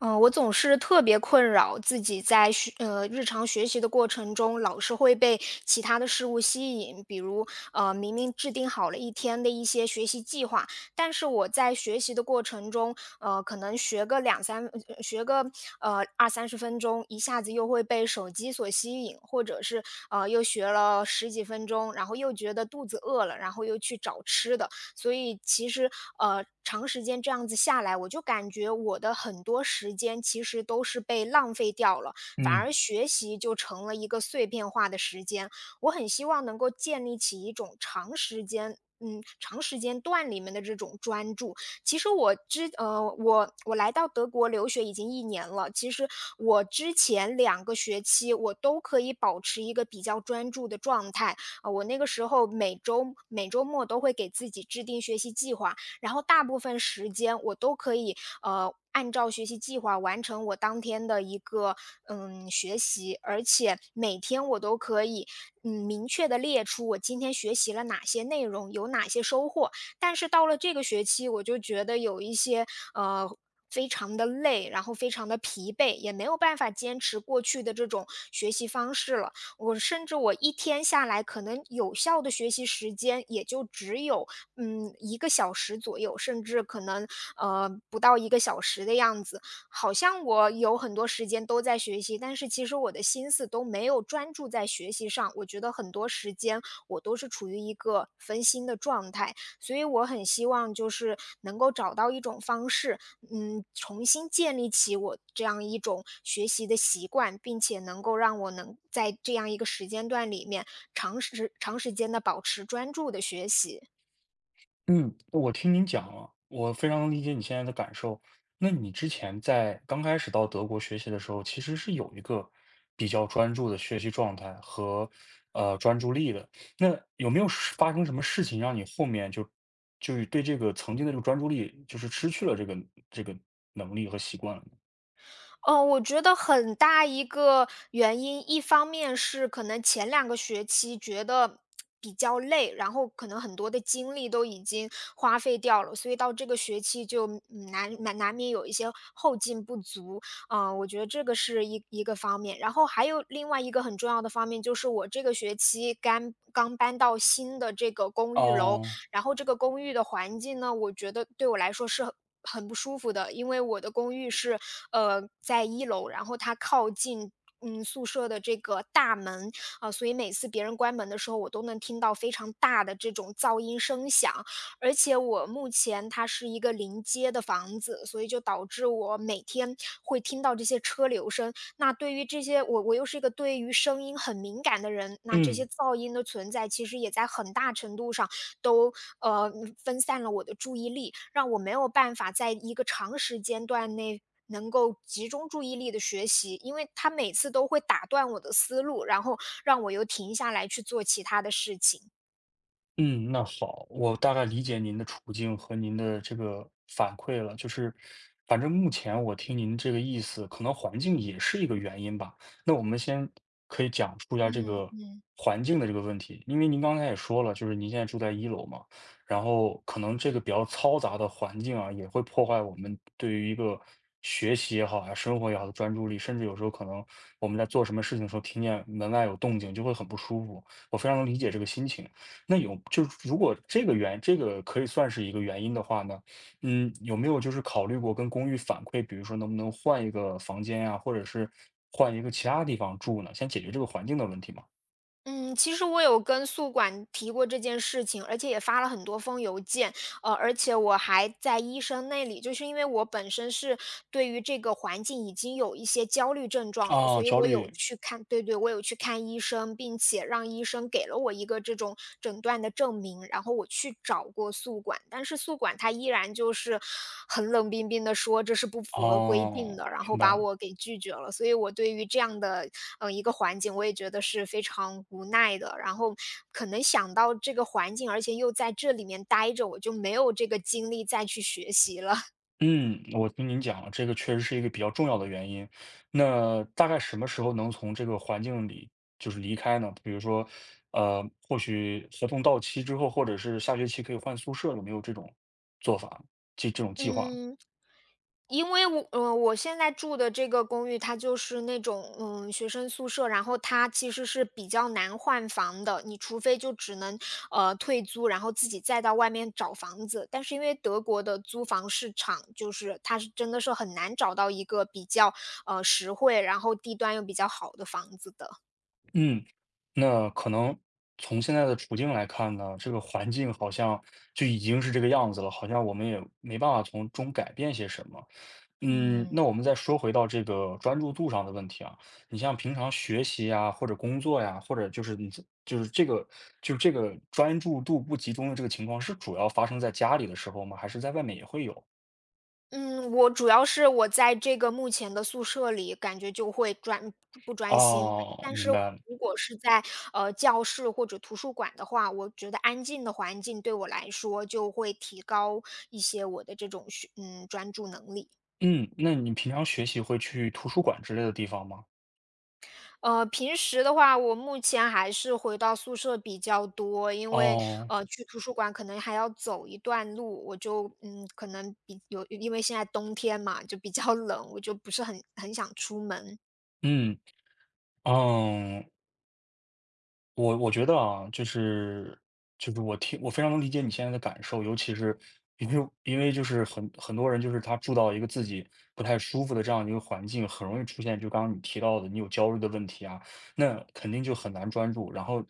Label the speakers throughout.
Speaker 1: 嗯，我总是特别困扰自己在日常学习的过程中，老是会被其他的事物吸引。比如，明明制定好了一天的一些学习计划，但是我在学习的过程中，可能学个二三十分钟，一下子又会被手机所吸引，或者是又学了十几分钟，然后又觉得肚子饿了，然后又去找吃的。所以其实，长时间这样子下来，我就感觉我的很多时间其实都是被浪费掉了，反而
Speaker 2: 嗯
Speaker 1: 学习就成了一个碎片化的时间。我很希望能够建立起一种长时间段里面的这种专注，其实我之呃，我我来到德国留学已经一年了。其实我之前两个学期我都可以保持一个比较专注的状态，啊，我那个时候每周末都会给自己制定学习计划，然后大部分时间我都可以按照学习计划完成我当天的一个学习，而且每天我都可以明确的列出我今天学习了哪些内容，有哪些收获。但是到了这个学期，我就觉得有一些呃。非常的累，然后非常的疲惫，也没有办法坚持过去的这种学习方式了。我甚至我一天下来可能有效的学习时间也就只有，一个小时左右，甚至可能，不到一个小时的样子。好像我有很多时间都在学习，但是其实我的心思都没有专注在学习上，我觉得很多时间我都是处于一个分心的状态。所以我很希望就是能够找到一种方式，重新建立起我这样一种学习的习惯，并且能够让我能在这样一个时间段里面，长时间的保持专注的学习。
Speaker 2: 嗯，我听您讲了，我非常能理解你现在的感受。那你之前在刚开始到德国学习的时候，其实是有一个比较专注的学习状态和专注力的。那有没有是发生什么事情让你后面就就是对这个曾经的这个专注力，就是失去了这个这个能力和习惯了呢？
Speaker 1: 哦，我觉得很大一个原因，一方面是可能前两个学期觉得比较累，然后可能很多的精力都已经花费掉了，所以到这个学期就，难免有一些后劲不足。我觉得这个是一个方面。然后还有另外一个很重要的方面，就是我这个学期刚刚搬到新的这个公寓楼，
Speaker 2: 哦，
Speaker 1: 然后这个公寓的环境呢，我觉得对我来说是很不舒服的，因为我的公寓是，在一楼，然后它靠近，宿舍的这个大门，啊，所以每次别人关门的时候，我都能听到非常大的这种噪音声响，而且我目前它是一个临街的房子，所以就导致我每天会听到这些车流声。那对于这些我又是一个对于声音很敏感的人，那这些
Speaker 2: 嗯。
Speaker 1: 噪音的存在，其实也在很大程度上都呃分散了我的注意力，让我没有办法在一个长时间段内，能够集中注意力的学习，因为它每次都会打断我的思路，然后让我又停下来去做其他的事情。
Speaker 2: 嗯，那好，我大概理解您的处境和您的这个反馈了。就是，反正目前我听您这个意思，可能环境也是一个原因吧。那我们先可以讲述一下这个
Speaker 1: 嗯。
Speaker 2: 环境的这个问题，因为您刚才也说了，就是您现在住在一楼嘛，然后可能这个比较嘈杂的环境啊，也会破坏我们对于一个学习也好啊，生活也好的专注力，甚至有时候可能我们在做什么事情的时候，听见门外有动静就会很不舒服。我非常能理解这个心情。那有就是如果这个原这个可以算是一个原因的话呢，嗯，有没有就是考虑过跟公寓反馈，比如说能不能换一个房间呀，或者是换一个其他地方住呢？先解决这个环境的问题嘛。
Speaker 1: 嗯，其实我有跟宿管提过这件事情，而且也发了很多封邮件，而且我还在医生那里，就是因为我本身是对于这个环境已经有一些焦虑症状了，
Speaker 2: 啊，
Speaker 1: 所以
Speaker 2: 焦
Speaker 1: 我有
Speaker 2: 虑，
Speaker 1: 去看，对对，我有去看医生，并且让医生给了我一个这种诊断的证明，然后我去找过宿管，但是宿管他依然就是很冷冰冰的说这是不符合规定
Speaker 2: 哦，
Speaker 1: 的，然
Speaker 2: 明
Speaker 1: 后
Speaker 2: 白
Speaker 1: 把
Speaker 2: 了。
Speaker 1: 我给拒绝了，所以我对于这样的一个环境，我也觉得是非常无奈的。然后可能想到这个环境，而且又在这里面待着，我就没有这个精力再去学习了。
Speaker 2: 嗯，我听您讲了，这个确实是一个比较重要的原因。那大概什么时候能从这个环境里就是离开呢？比如说，或许合同到期之后，或者是下学期可以换宿舍，有没有这种做法，这种计划？
Speaker 1: 嗯。因为我现在住的这个公寓，它就是那种学生宿舍，然后它其实是比较难换房的，你除非就只能退租，然后自己再到外面找房子。但是因为德国的租房市场，就是它是真的是很难找到一个比较实惠，然后地段又比较好的房子的。
Speaker 2: 嗯，那可能从现在的处境来看呢，这个环境好像就已经是这个样子了，好像我们也没办法从中改变些什么。嗯，
Speaker 1: 嗯，
Speaker 2: 那我们再说回到这个专注度上的问题啊，你像平常学习呀，或者工作呀，或者就是你这这个专注度不集中的这个情况，是主要发生在家里的时候吗？还是在外面也会有？
Speaker 1: 嗯，我主要是我在这个目前的宿舍里，感觉就会不专心。
Speaker 2: 哦，
Speaker 1: 但是
Speaker 2: 明白了。
Speaker 1: 如果是在教室或者图书馆的话，我觉得安静的环境对我来说就会提高一些我的这种专注能力。
Speaker 2: 嗯，那你平常学习会去图书馆之类的地方吗？
Speaker 1: 平时的话，我目前还是回到宿舍比较多，因为
Speaker 2: 哦，
Speaker 1: 去图书馆可能还要走一段路，我就可能因为现在冬天嘛，就比较冷，我就不是很想出门。
Speaker 2: 嗯，哦。我觉得啊，就是我听我非常能理解你现在的感受，尤其是因为就是很多人就是他住到一个自己不太舒服的这样一个环境，很容易出现就刚刚你提到的你有焦虑的问题啊，那肯定就很难专注，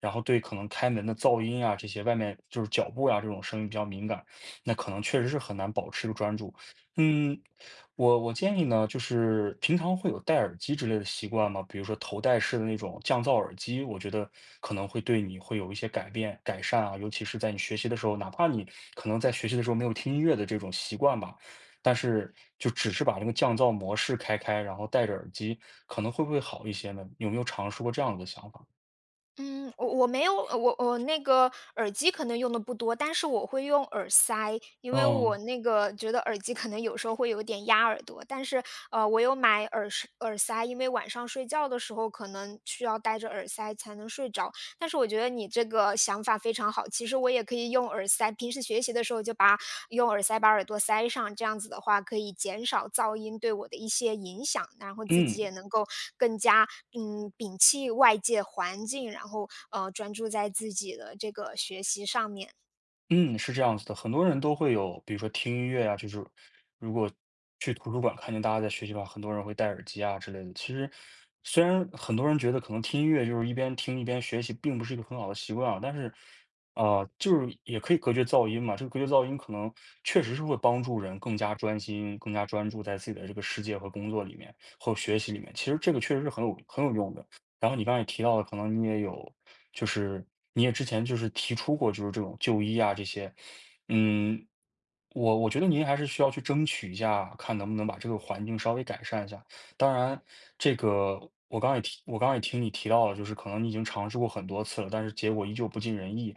Speaker 2: 然后对可能开门的噪音啊这些外面就是脚步呀、这种声音比较敏感，那可能确实是很难保持一个专注。嗯，我建议呢，就是平常会有戴耳机之类的习惯吗？比如说头戴式的那种降噪耳机，我觉得可能会对你会有一些改变、改善啊，尤其是在你学习的时候，哪怕你可能在学习的时候没有听音乐的这种习惯吧，但是就只是把那个降噪模式开开，然后戴着耳机，可能会不会好一些呢？有没有尝试过这样子的想法？
Speaker 1: 我没有，我那个耳机可能用的不多，但是我会用耳塞，因为
Speaker 2: 嗯
Speaker 1: 我觉得耳机可能有时候会有点压耳朵，但是我有买耳塞，因为晚上睡觉的时候可能需要戴着耳塞才能睡着。但是我觉得你这个想法非常好，其实我也可以用耳塞，平时学习的时候用耳塞把耳朵塞上，这样子的话可以减少噪音对我的一些影响，然后自己
Speaker 2: 嗯。
Speaker 1: 也能够更加摒弃外界环境，然后专注在自己的这个学习上面。
Speaker 2: 嗯，是这样子的，很多人都会有，比如说听音乐啊，就是如果去图书馆看见大家在学习吧，很多人会戴耳机啊之类的。其实，虽然很多人觉得可能听音乐就是一边听一边学习，并不是一个很好的习惯啊，但是，啊、就是也可以隔绝噪音嘛。这个隔绝噪音可能确实是会帮助人更加专心、更加专注在自己的这个世界和工作里面或学习里面。其实这个确实是很有用的。然后你刚才也提到了，可能你也有，就是你也之前就是提出过，就是这种就医啊这些，嗯，我觉得您还是需要去争取一下，看能不能把这个环境稍微改善一下。当然，这个我刚也提，我刚也听你提到了，就是可能你已经尝试过很多次了，但是结果依旧不尽人意。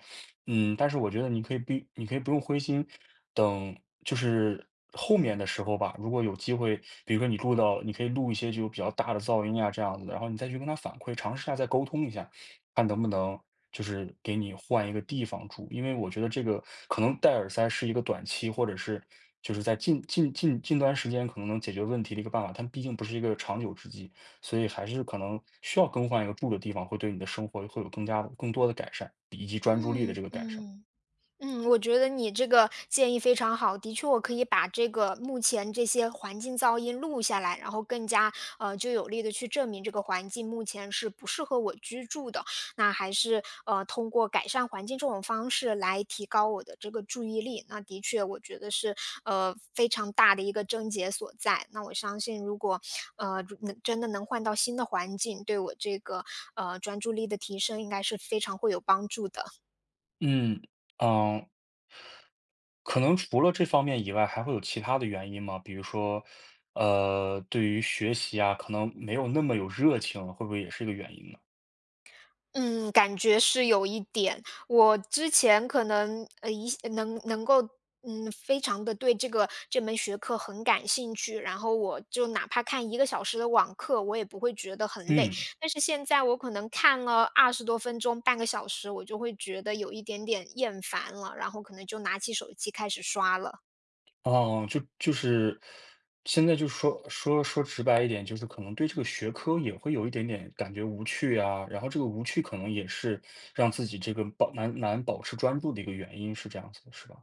Speaker 2: 嗯，但是我觉得你可以不，你可以不用灰心，等就是后面的时候吧，如果有机会，比如说你录到，你可以录一些就比较大的噪音啊这样子的，然后你再去跟他反馈，尝试一下再沟通一下。看能不能就是给你换一个地方住，因为我觉得这个可能戴耳塞是一个短期，或者是就是在近段时间可能能解决问题的一个办法，但毕竟不是一个长久之计，所以还是可能需要更换一个住的地方，会对你的生活会有更加的更多的改善，以及专注力
Speaker 1: 嗯
Speaker 2: 的这个改善。
Speaker 1: 嗯。我觉得你这个建议非常好。的确，我可以把这个目前这些环境噪音录下来，然后更加就有力的去证明这个环境目前是不适合我居住的。那还是通过改善环境这种方式来提高我的这个注意力。那的确，我觉得是非常大的一个症结所在。那我相信，如能真的能换到新的环境，对我这个专注力的提升应该是非常会有帮助的。
Speaker 2: 嗯嗯，可能除了这方面以外，还会有其他的原因吗？比如说，对于学习啊，可能没有那么有热情，会不会也是一个原因呢？
Speaker 1: 嗯，感觉是有一点。我之前可能，一些能够，非常的对这门学科很感兴趣，然后我就哪怕看一个小时的网课，我也不会觉得很累。
Speaker 2: 嗯。
Speaker 1: 但是现在我可能看了20多分钟、半个小时，我就会觉得有一点点厌烦了，然后可能就拿起手机开始刷了。
Speaker 2: 哦，就就是现在就说直白一点，就是可能对这个学科也会有一点点感觉无趣啊，然后这个无趣可能也是让自己这个保难保持专注的一个原因，是这样子的，是吧？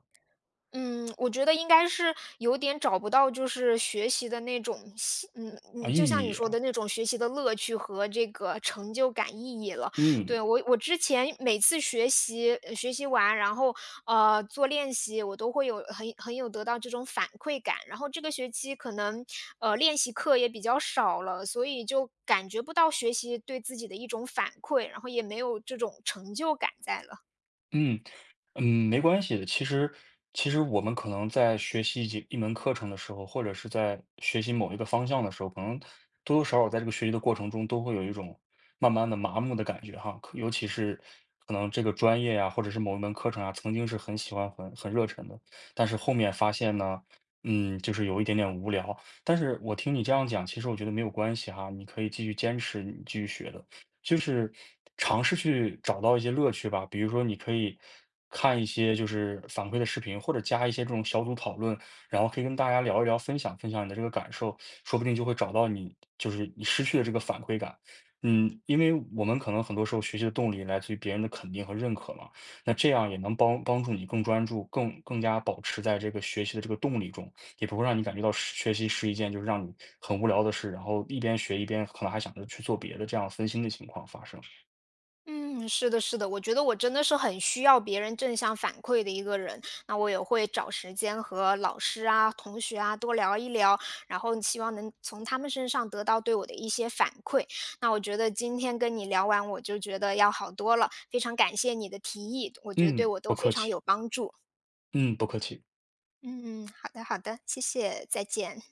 Speaker 1: 嗯，我觉得应该是有点找不到，就是学习的那种喜嗯
Speaker 2: 啊，
Speaker 1: 嗯，
Speaker 2: 意
Speaker 1: 就像你
Speaker 2: 义
Speaker 1: 说
Speaker 2: 啊
Speaker 1: 的那种学习的乐趣和这个成就感意义了。
Speaker 2: 嗯
Speaker 1: 对，我之前每次学习完，然后做练习，我都会有很有得到这种反馈感。然后这个学期可能练习课也比较少了，所以就感觉不到学习对自己的一种反馈，然后也没有这种成就感在了。
Speaker 2: 嗯。嗯，没关系的。其实，其实我们可能在学习一门课程的时候，或者是在学习某一个方向的时候，可能多多少少在这个学习的过程中，都会有一种慢慢的麻木的感觉哈。可尤其是可能这个专业呀、或者是某一门课程啊，曾经是很喜欢、很热忱的，但是后面发现呢，嗯，就是有一点点无聊。但是我听你这样讲，其实我觉得没有关系哈，你可以继续坚持，你继续学的。就是尝试去找到一些乐趣吧。比如说，你可以看一些就是反馈的视频，或者加一些这种小组讨论，然后可以跟大家聊一聊，分享分享你的这个感受，说不定就会找到你就是你失去的这个反馈感。嗯，因为我们可能很多时候学习的动力来自于别人的肯定和认可嘛，那这样也能帮助你更专注，更加保持在这个学习的这个动力中。也不会让你感觉到是学习是一件就是让你很无聊的事，然后一边学一边可能还想着去做别的，这样分心的情况发生。
Speaker 1: 嗯，是的，是的，我觉得我真的是很需要别人正向反馈的一个人，那我也会找时间和老师啊、同学啊多聊一聊，然后希望能从他们身上得到对我的一些反馈。那我觉得今天跟你聊完，我就觉得要好多了，非常感谢你的提议，我觉得对
Speaker 2: 嗯，
Speaker 1: 我
Speaker 2: 不
Speaker 1: 都非
Speaker 2: 客
Speaker 1: 常
Speaker 2: 气，
Speaker 1: 有帮助。
Speaker 2: 嗯，不客气。
Speaker 1: 嗯，好的，好的，谢谢，再见。